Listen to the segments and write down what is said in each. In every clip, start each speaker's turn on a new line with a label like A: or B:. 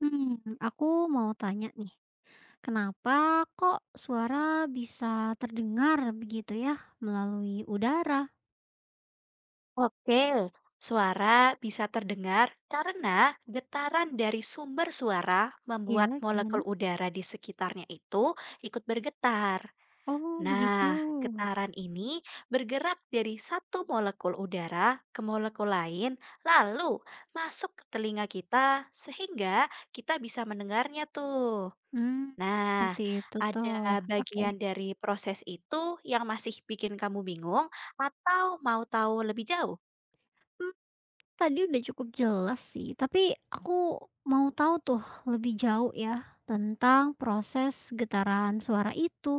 A: Hmm, aku mau tanya nih, kenapa kok suara bisa terdengar begitu ya melalui udara?
B: Oke, suara bisa terdengar karena getaran dari sumber suara membuat
A: Ya, gimana?
B: molekul udara di sekitarnya itu ikut bergetar.
A: Oh, begitu.
B: Nah, getaran ini bergerak dari satu molekul udara ke molekul lain, lalu masuk ke telinga kita sehingga kita bisa mendengarnya tuh.
A: Hmm,
B: Nah,
A: seperti itu toh.
B: ada
A: Oke.
B: bagian dari proses itu yang masih bikin kamu bingung atau mau tahu lebih jauh?
A: Hmm, tadi udah cukup jelas sih, tapi aku mau tahu tuh lebih jauh ya tentang proses getaran suara itu.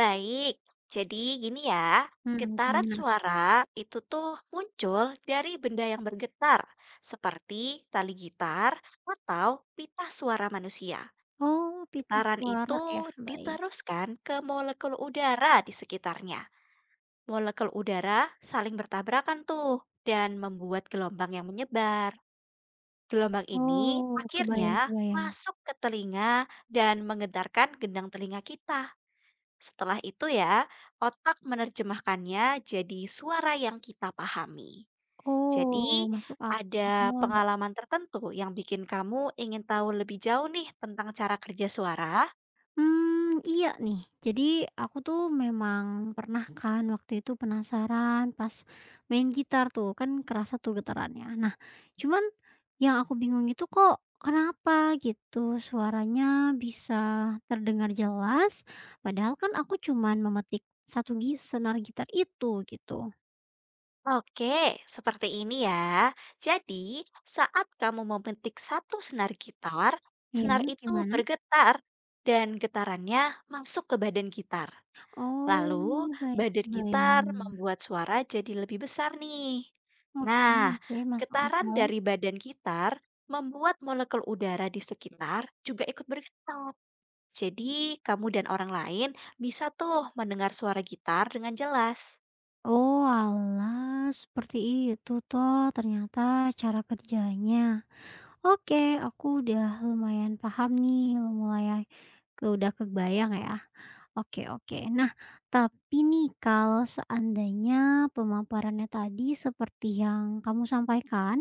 B: Baik, jadi gini ya,
A: Hmm,
B: getaran
A: gimana?
B: suara itu tuh muncul dari benda yang bergetar, seperti tali gitar atau pita suara manusia.
A: Oh, pitu
B: Getaran
A: suara ya,
B: itu
A: baik.
B: diteruskan ke molekul udara di sekitarnya. Molekul udara saling bertabrakan tuh dan membuat gelombang yang menyebar. Gelombang ini
A: Oh,
B: akhirnya
A: kebayang-kebayang.
B: masuk ke telinga dan menggetarkan gendang telinga kita. Setelah itu ya, otak menerjemahkannya jadi suara yang kita pahami.
A: Oh,
B: Jadi,
A: masuk
B: ada
A: akal.
B: pengalaman tertentu yang bikin kamu ingin tahu lebih jauh nih tentang cara kerja suara?
A: Hmm, iya nih. Jadi aku tuh memang pernah kan waktu itu penasaran pas main gitar tuh, kan kerasa tuh getarannya. Nah, cuman yang aku bingung itu kok kenapa gitu suaranya bisa terdengar jelas, padahal kan aku cuman memetik satu senar gitar itu gitu.
B: Oke, seperti ini ya. Jadi, saat kamu memetik satu senar gitar,
A: Iya,
B: senar itu
A: gimana?
B: bergetar dan getarannya masuk ke badan gitar. Lalu,
A: Oh, baik,
B: badan
A: baik.
B: gitar membuat suara jadi lebih besar nih.
A: Oke,
B: Nah,
A: oke, masuk
B: getaran
A: akal.
B: dari badan gitar membuat molekul udara di sekitar juga ikut bergetar. Jadi, kamu dan orang lain bisa tuh mendengar suara gitar dengan jelas.
A: Oalah, seperti itu toh ternyata cara kerjanya. Oke, aku udah lumayan paham nih, mulai udah kebayang ya. Oke, oke. Nah, tapi nih kalau seandainya pemaparannya tadi seperti yang kamu sampaikan,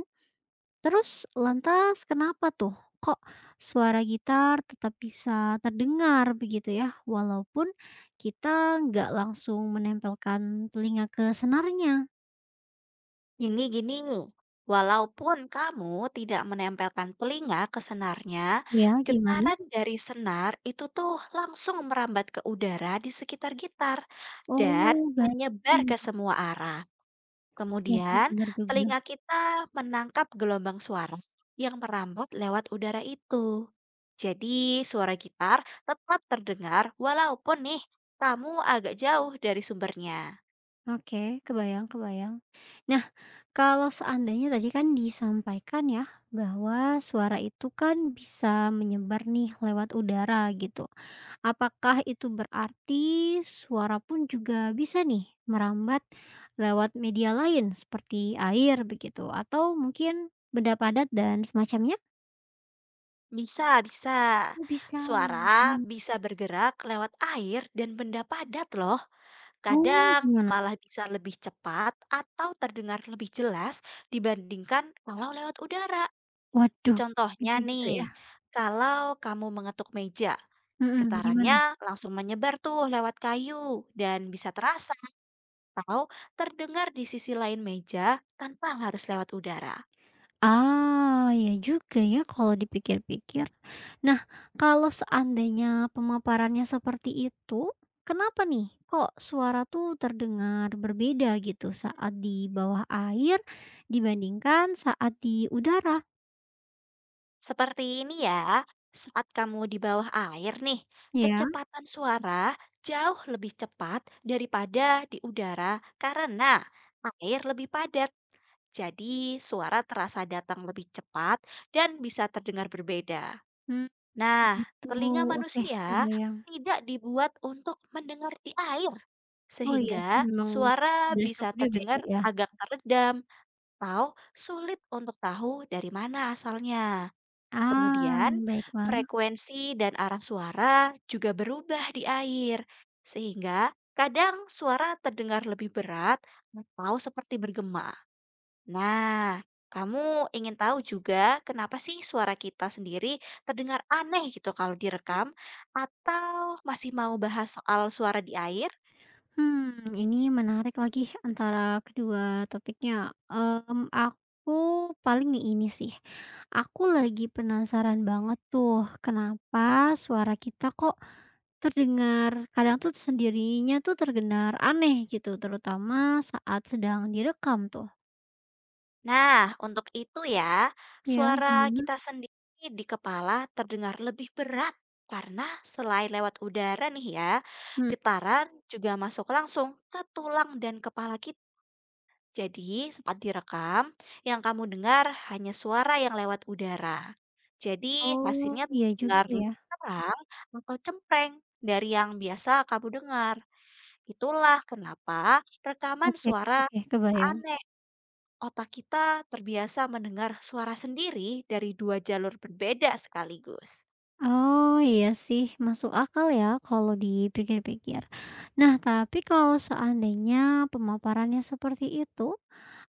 A: terus lantas kenapa tuh kok suara gitar tetap bisa terdengar begitu ya, walaupun kita nggak langsung menempelkan telinga ke senarnya?
B: Gini-gini, walaupun kamu tidak menempelkan telinga ke senarnya,
A: Iya, gimana?
B: getaran dari senar itu tuh langsung merambat ke udara di sekitar gitar dan
A: Oh, baik.
B: menyebar ke
A: Mmm,
B: semua arah.
A: iya sih,
B: Kemudian,
A: bener juga.
B: telinga kita menangkap gelombang suara yang merambat lewat udara itu. Jadi, suara gitar tetap terdengar walaupun nih kamu agak jauh dari sumbernya.
A: Oke, kebayang kebayang. Nah, kalau seandainya tadi kan disampaikan ya, bahwa suara itu kan bisa menyebar nih lewat udara gitu. Apakah itu berarti suara pun juga bisa nih merambat lewat media lain seperti air begitu atau mungkin benda padat dan semacamnya?
B: Bisa, bisa.
A: Oh, bisa.
B: Suara
A: Mmm,
B: bisa bergerak lewat air dan benda padat loh.
A: oh,
B: Kadang
A: gimana?
B: malah bisa lebih cepat atau terdengar lebih jelas dibandingkan kalau lewat udara.
A: Waduh, bisa
B: Contohnya
A: gitu
B: nih,
A: ya?
B: kalau kamu mengetuk meja.
A: Mhm, gimana?
B: Getarannya langsung menyebar tuh lewat kayu dan bisa terasa atau terdengar di sisi lain meja tanpa harus lewat udara.
A: Ah, ya juga ya kalau dipikir-pikir. Nah, kalau seandainya pemaparannya seperti itu, kenapa nih kok suara tuh terdengar berbeda gitu saat di bawah air dibandingkan saat di udara,
B: Seperti ini ya, saat kamu di bawah air nih,
A: ya?
B: kecepatan suara jauh lebih cepat daripada di udara karena air lebih padat. Jadi suara terasa datang lebih cepat dan bisa terdengar berbeda.
A: Mmm,
B: Nah,
A: begitu.
B: telinga
A: Oke,
B: manusia
A: kebayang.
B: tidak dibuat untuk mendengar di air
A: Oh, iya sih
B: sehingga
A: memang
B: suara
A: dari
B: bisa
A: strukturnya beda
B: terdengar
A: ya.
B: agak teredam atau sulit untuk tahu dari mana asalnya.
A: Ah,
B: Kemudian,
A: baiklah.
B: frekuensi dan arah suara juga berubah di air, sehingga kadang suara terdengar lebih berat atau seperti bergema. Nah, kamu ingin tahu juga kenapa sih suara kita sendiri terdengar aneh gitu kalau direkam, atau masih mau bahas soal suara di air?
A: Hmm, ini menarik lagi antara kedua topiknya. Aku paling nih ini sih, aku lagi penasaran banget tuh kenapa suara kita kok terdengar kadang tuh sendirinya tuh terdengar aneh gitu, terutama saat sedang direkam tuh.
B: Nah, untuk itu ya,
A: Ya,
B: suara
A: gimana?
B: kita sendiri di kepala terdengar lebih berat karena selain lewat udara nih ya,
A: Hmm,
B: getaran juga masuk langsung ke tulang dan kepala kita. Jadi, saat direkam, yang kamu dengar hanya suara yang lewat udara. Jadi,
A: oh,
B: hasilnya
A: iya juga
B: terdengar
A: ya.
B: lebih terang atau cempreng dari yang biasa kamu dengar. Itulah kenapa rekaman
A: Oke,
B: suara
A: oke, kebayang.
B: aneh. Otak kita terbiasa mendengar suara sendiri dari dua jalur berbeda sekaligus.
A: Oh, iya sih, masuk akal ya kalau dipikir-pikir. Nah, tapi kalau seandainya pemaparannya seperti itu,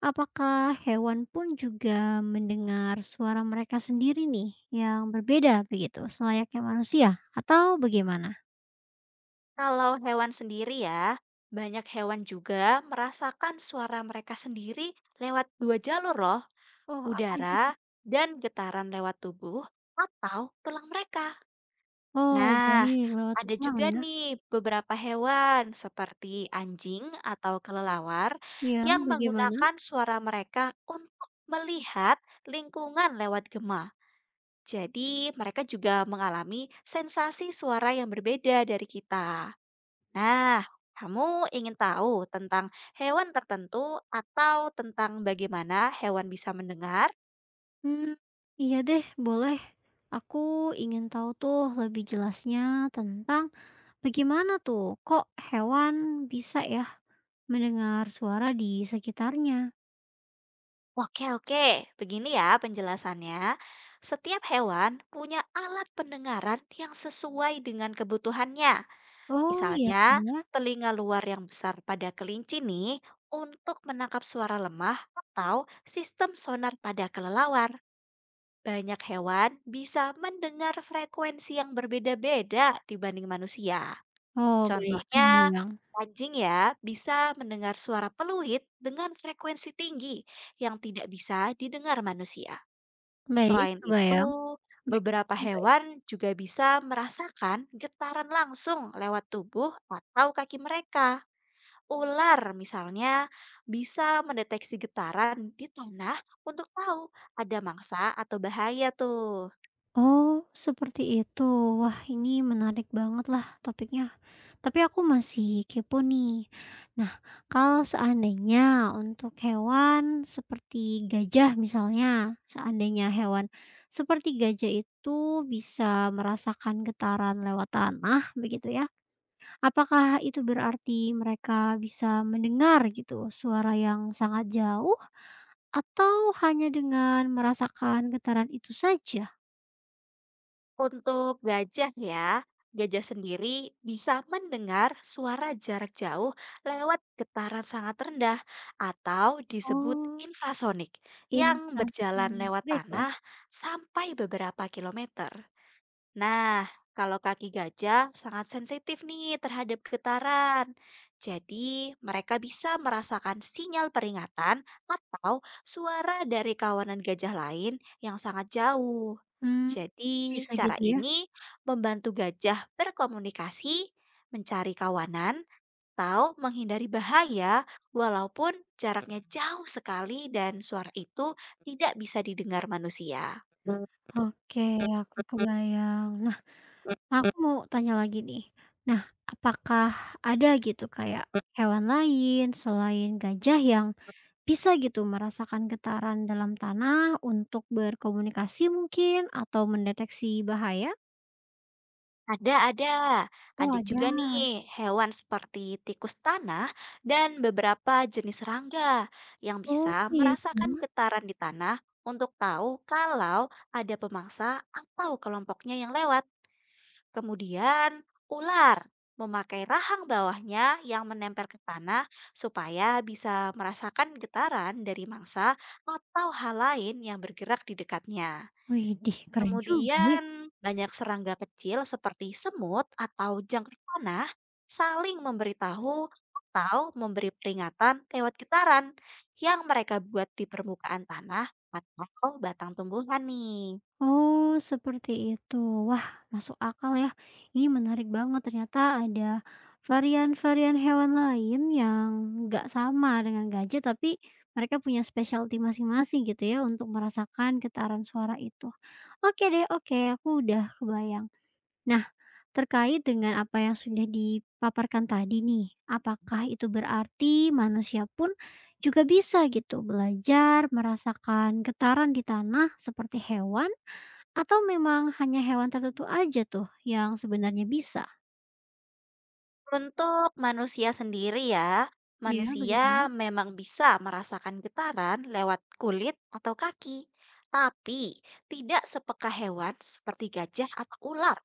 A: apakah hewan pun juga mendengar suara mereka sendiri nih yang berbeda begitu, selayaknya manusia atau bagaimana?
B: Kalau hewan sendiri ya, banyak hewan juga merasakan suara mereka sendiri lewat dua jalur loh,
A: Oh, apa aja tuh?
B: udara dan getaran lewat tubuh atau tulang mereka.
A: Oh,
B: Nah,
A: baik, lewat
B: ada
A: tulang
B: juga
A: ya.
B: nih beberapa hewan seperti anjing atau kelelawar
A: Iya,
B: yang
A: bagaimana?
B: menggunakan suara mereka untuk melihat lingkungan lewat gema. Jadi, mereka juga mengalami sensasi suara yang berbeda dari kita. Nah, kamu ingin tahu tentang hewan tertentu atau tentang bagaimana hewan bisa mendengar?
A: Hmm, iya deh, boleh. Aku ingin tahu tuh lebih jelasnya tentang bagaimana tuh? Kok hewan bisa ya mendengar suara di sekitarnya?
B: Oke, oke. Begini ya penjelasannya. Setiap hewan punya alat pendengaran yang sesuai dengan kebutuhannya.
A: Oh, iya
B: Misalnya,
A: kan ya?
B: telinga luar yang besar pada kelinci nih untuk menangkap suara lemah atau sistem sonar pada kelelawar. Banyak hewan bisa mendengar frekuensi yang berbeda-beda dibanding manusia.
A: Oh, baik,
B: Contohnya,
A: kebayang.
B: anjing ya bisa mendengar suara peluit dengan frekuensi tinggi yang tidak bisa didengar manusia.
A: Baik,
B: Selain itu,
A: kebayang. Baik
B: beberapa
A: juga ya.
B: hewan juga bisa merasakan getaran langsung lewat tubuh atau kaki mereka. Ular misalnya bisa mendeteksi getaran di tanah untuk tahu ada mangsa atau bahaya tuh.
A: Oh, seperti itu. Wah, ini menarik banget lah topiknya. Tapi aku masih kepo nih. Nah, kalau seandainya untuk hewan seperti gajah misalnya, seandainya hewan seperti gajah itu bisa merasakan getaran lewat tanah begitu ya. Apakah itu berarti mereka bisa mendengar gitu suara yang sangat jauh atau hanya dengan merasakan getaran itu saja?
B: Untuk gajah ya, gajah sendiri bisa mendengar suara jarak jauh lewat getaran sangat rendah atau disebut
A: Oh,
B: infrasonik yang berjalan
A: infrasound.
B: lewat
A: Baiklah,
B: tanah sampai beberapa kilometer. Nah, kalau kaki gajah sangat sensitif nih terhadap getaran. Jadi, mereka bisa merasakan sinyal peringatan atau suara dari kawanan gajah lain yang sangat jauh.
A: mmm,
B: Jadi,
A: bisa
B: cara
A: gitu ya?
B: ini membantu gajah berkomunikasi, mencari kawanan, atau menghindari bahaya walaupun jaraknya jauh sekali dan suara itu tidak bisa didengar manusia.
A: Oke, aku kebayang. Nah, aku mau tanya lagi nih. Nah, apakah ada gitu kayak hewan lain selain gajah yang bisa gitu merasakan getaran dalam tanah untuk berkomunikasi mungkin atau mendeteksi bahaya?
B: Ada, ada.
A: Oh,
B: Ada
A: ada.
B: juga nih hewan seperti tikus tanah dan beberapa jenis serangga yang
A: Oh,
B: bisa
A: iya kah?
B: merasakan getaran di tanah untuk tahu kalau ada pemangsa atau kelompoknya yang lewat. Kemudian, ular memakai rahang bawahnya yang menempel ke tanah supaya bisa merasakan getaran dari mangsa atau hal lain yang bergerak di dekatnya.
A: Widih, keren juga ya.
B: Kemudian, banyak serangga kecil seperti semut atau jangkrik tanah saling memberitahu atau memberi peringatan lewat getaran yang mereka buat di permukaan tanah atau batang tumbuhan nih.
A: Oh, seperti itu. Wah, masuk akal ya. Ini menarik banget. Ternyata ada varian-varian hewan lain yang nggak sama dengan gajah, tapi mereka punya specialty masing-masing gitu ya untuk merasakan getaran suara itu. Oke deh, oke. Aku udah kebayang. Nah, terkait dengan apa yang sudah dipaparkan tadi nih, apakah itu berarti manusia pun juga bisa gitu belajar merasakan getaran di tanah seperti hewan atau memang hanya hewan tertentu aja tuh yang sebenarnya bisa?
B: Untuk manusia sendiri ya,
A: Iya, bagaimana?
B: manusia memang bisa merasakan getaran lewat kulit atau kaki, tapi tidak sepeka hewan seperti gajah atau ular.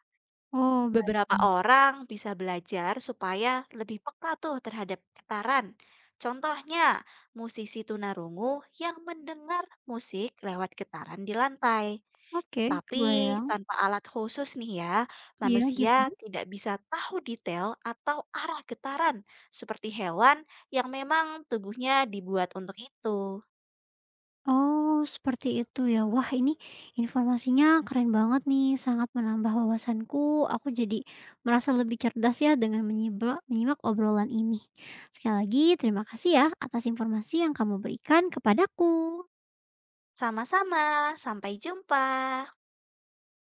A: Oh, baik.
B: Beberapa orang bisa belajar supaya lebih peka tuh terhadap getaran. Contohnya, musisi tunarungu yang mendengar musik lewat getaran di lantai.
A: Oke,
B: Tapi
A: kebayang.
B: tanpa alat khusus nih ya,
A: Iya,
B: manusia
A: gimana?
B: tidak bisa tahu detail atau arah getaran seperti hewan yang memang tubuhnya dibuat untuk itu.
A: Oh, seperti itu ya. Wah, ini informasinya keren banget nih, sangat menambah wawasanku. Aku jadi merasa lebih cerdas ya dengan menyimak obrolan ini. Sekali lagi, terima kasih ya atas informasi yang kamu berikan kepadaku.
B: Sama-sama, sampai jumpa.